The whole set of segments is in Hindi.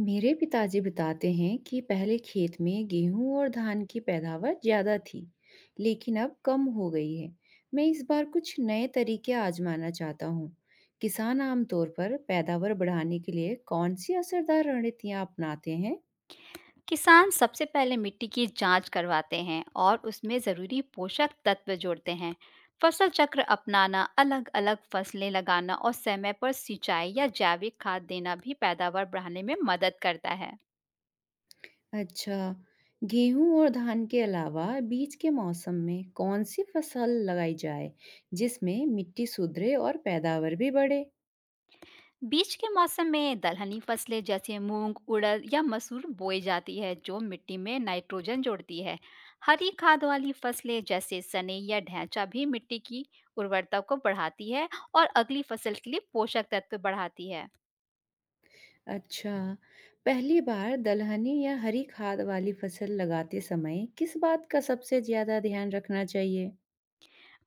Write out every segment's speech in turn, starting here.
मेरे पिताजी बताते हैं कि पहले खेत में गेहूं और धान की पैदावार ज्यादा थी, लेकिन अब कम हो गई है। मैं इस बार कुछ नए तरीके आजमाना चाहता हूँ। किसान आमतौर पर पैदावार बढ़ाने के लिए कौन सी असरदार रणनीतियाँ अपनाते हैं? किसान सबसे पहले मिट्टी की जांच करवाते हैं और उसमें ज़रूरी पोषक तत्व जोड़ते हैं। फसल चक्र अपनाना अलग अलग फसलें लगाना और समय पर सिंचाई या जैविक खाद देना भी पैदावार बढ़ाने में मदद करता है। अच्छा, गेहूं और धान के अलावा बीच के मौसम में कौन सी फसल लगाई जाए, जिसमें मिट्टी सुधरे और पैदावार भी बढ़े? बीच के मौसम में दलहनी फसलें जैसे मूंग, उड़द या मसूर बोई जाती है, जो मिट्टी में नाइट्रोजन जोड़ती है। हरी खाद वाली फसलें जैसे सने या ढैंचा भी मिट्टी की उर्वरता को बढ़ाती है और अगली फसल के लिए पोषक तत्व बढ़ाती है। अच्छा, पहली बार दलहनी या हरी खाद वाली फसल लगाते समय किस बात का सबसे ज्यादा ध्यान रखना चाहिए?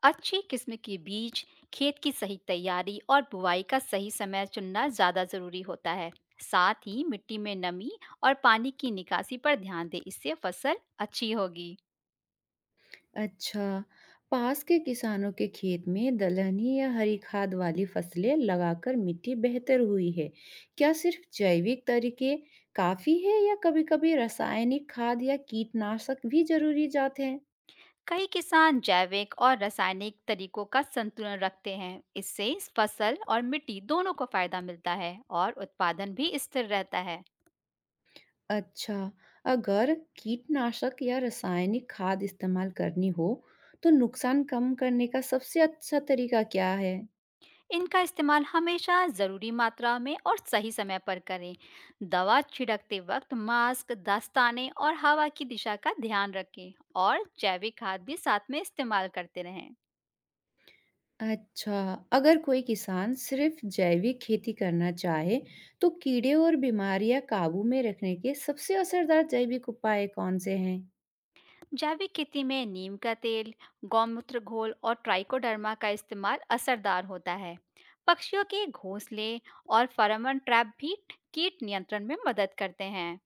अच्छी किस्म के बीज, खेत की सही तैयारी और बुवाई का सही समय चुनना ज़्यादा ज़रूरी होता है। साथ ही मिट्टी में नमी और पानी की निकासी पर ध्यान दें, इससे फसल अच्छी होगी। अच्छा, पास के किसानों के खेत में दलहनी या हरी खाद वाली फसलें लगाकर मिट्टी बेहतर हुई है। क्या सिर्फ जैविक तरीके काफी है या कभी-कभी रासायनिक खाद या कीटनाशक भी जरूरी जाते हैं? कई किसान जैविक और रासायनिक तरीकों का संतुलन रखते हैं, इससे इस फसल और मिट्टी दोनों को फायदा मिलता है और उत्पादन भी स्थिर रहता है। अच्छा, अगर कीटनाशक या रासायनिक खाद इस्तेमाल करनी हो तो नुकसान कम करने का सबसे अच्छा तरीका क्या है? इनका इस्तेमाल हमेशा ज़रूरी मात्रा में और सही समय पर करें। दवा छिड़कते वक्त मास्क दस्ताने और हवा की दिशा का ध्यान रखें और जैविक खाद भी साथ में इस्तेमाल करते रहें। अच्छा, अगर कोई किसान सिर्फ जैविक खेती करना चाहे तो कीड़े और बीमारियां काबू में रखने के सबसे असरदार जैविक उपाय कौन से हैं? जैविक खेती में नीम का तेल, गौमूत्र घोल और ट्राइकोडर्मा का इस्तेमाल असरदार होता है। पक्षियों के घोंसले और फेरोमोन ट्रैप भी कीट नियंत्रण में मदद करते हैं।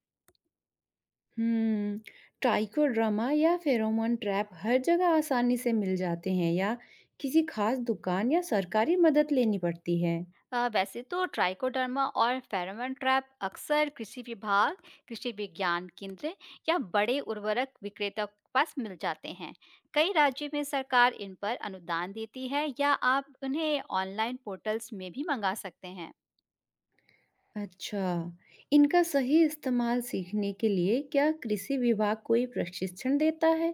हम्म, ट्राइकोड्रामा या फेरोमोन ट्रैप हर जगह आसानी से मिल जाते हैं या किसी खास दुकान या सरकारी मदद लेनी पड़ती है? वैसे तो ट्राइकोडर्मा और फेरोमोन ट्रैप अक्सर कृषि विभाग, कृषि विज्ञान केंद्र या बड़े उर्वरक विक्रेताओं के पास मिल जाते हैं। कई राज्यों में सरकार इन पर अनुदान देती है या आप उन्हें ऑनलाइन पोर्टल्स में भी मंगा सकते हैं। अच्छा, इनका सही इस्तेमाल सीखने के लिए क्या कृषि विभाग कोई प्रशिक्षण देता है?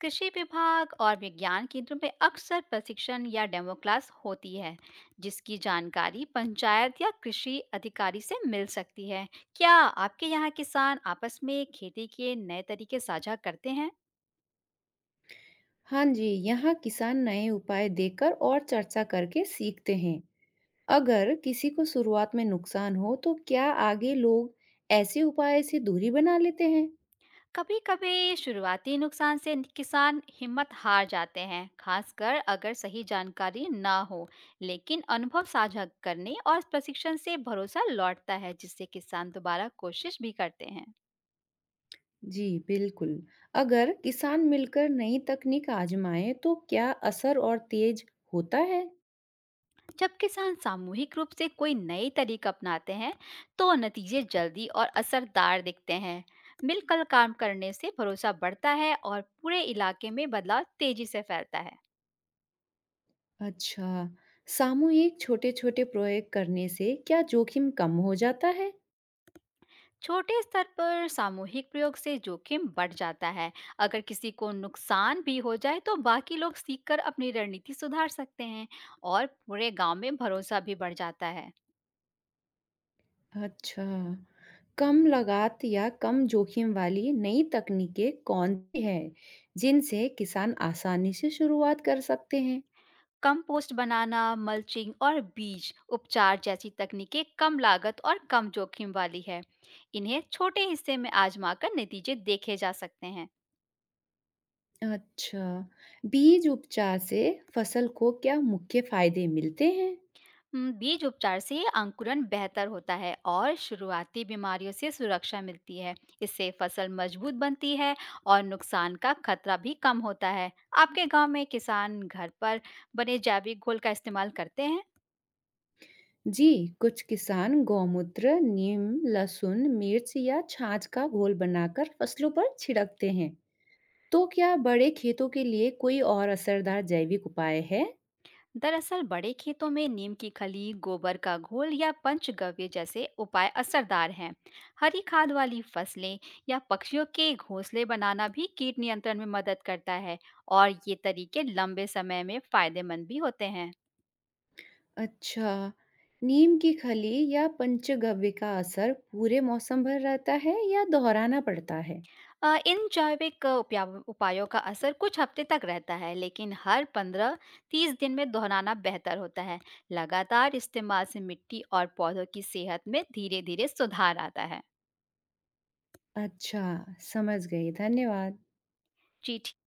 कृषि विभाग और विज्ञान केंद्रों में अक्सर प्रशिक्षण या डेमो क्लास होती है, जिसकी जानकारी पंचायत या कृषि अधिकारी से मिल सकती है। क्या आपके यहाँ किसान आपस में खेती के नए तरीके साझा करते हैं? हाँ जी, यहाँ किसान नए उपाय देकर और चर्चा करके सीखते हैं। अगर किसी को शुरुआत में नुकसान हो, तो क्या आगे लोग ऐसे उपाय से दूरी बना लेते हैं? कभी कभी शुरुआती नुकसान से किसान हिम्मत हार जाते हैं, खासकर अगर सही जानकारी ना हो। लेकिन अनुभव साझा करने और प्रशिक्षण से भरोसा लौटता है, जिससे किसान दोबारा कोशिश भी करते हैं। जी, बिल्कुल। अगर किसान मिलकर नई तकनीक आजमाएं, तो क्या असर और तेज होता है? जब किसान सामूहिक रूप से कोई नए तरीका अपनाते हैं तो नतीजे जल्दी और असरदार दिखते हैं। मिलकर काम करने से भरोसा बढ़ता है और पूरे इलाके में बदलाव तेजी से फैलता है। अच्छा, सामूहिक छोटे-छोटे प्रयोग करने से क्या जोखिम कम हो जाता है? छोटे स्तर पर सामूहिक प्रयोग से जोखिम बढ़ जाता है। अगर किसी को नुकसान भी हो जाए तो बाकी लोग सीखकर अपनी रणनीति सुधार सकते हैं और पूरे गांव में भरोसा भी बढ़ जाता है। अच्छा। कम लागत या कम जोखिम वाली नई तकनीकें कौन-सी हैं, जिनसे किसान आसानी से शुरुआत कर सकते हैं? कंपोस्ट बनाना, मल्चिंग और बीज उपचार जैसी तकनीकें कम लागत और कम जोखिम वाली है। इन्हें छोटे हिस्से में आजमाकर नतीजे देखे जा सकते हैं। अच्छा। बीज उपचार से फसल को क्या मुख्य फायदे मिलते हैं? बीज उपचार से अंकुरण बेहतर होता है और शुरुआती बीमारियों से सुरक्षा मिलती है। इससे फसल मजबूत बनती है और नुकसान का खतरा भी कम होता है। आपके गांव में किसान घर पर बने जैविक घोल का इस्तेमाल करते हैं? जी, कुछ किसान गौमूत्र, नीम, लहसुन, मिर्च या छाछ का घोल बनाकर फसलों पर छिड़कते हैं। तो क्या बड़े खेतों के लिए कोई और असरदार जैविक उपाय है? दरअसल बड़े खेतों में नीम की खली, गोबर का घोल या पंचगव्य जैसे उपाय असरदार हैं। हरी खाद वाली फसलें या पक्षियों के घोंसले बनाना भी कीट नियंत्रण में मदद करता है और ये तरीके लंबे समय में फायदेमंद भी होते हैं। अच्छा, नीम की खली या पंचगव्य का असर पूरे मौसम भर रहता है या दोहराना पड़ता है? इन जैविक उपायों का असर कुछ हफ्ते तक रहता है, लेकिन हर 15-30 दिन में दोहराना बेहतर होता है। लगातार इस्तेमाल से मिट्टी और पौधों की सेहत में धीरे-धीरे सुधार आता है। अच्छा, समझ गई। धन्यवाद। जी।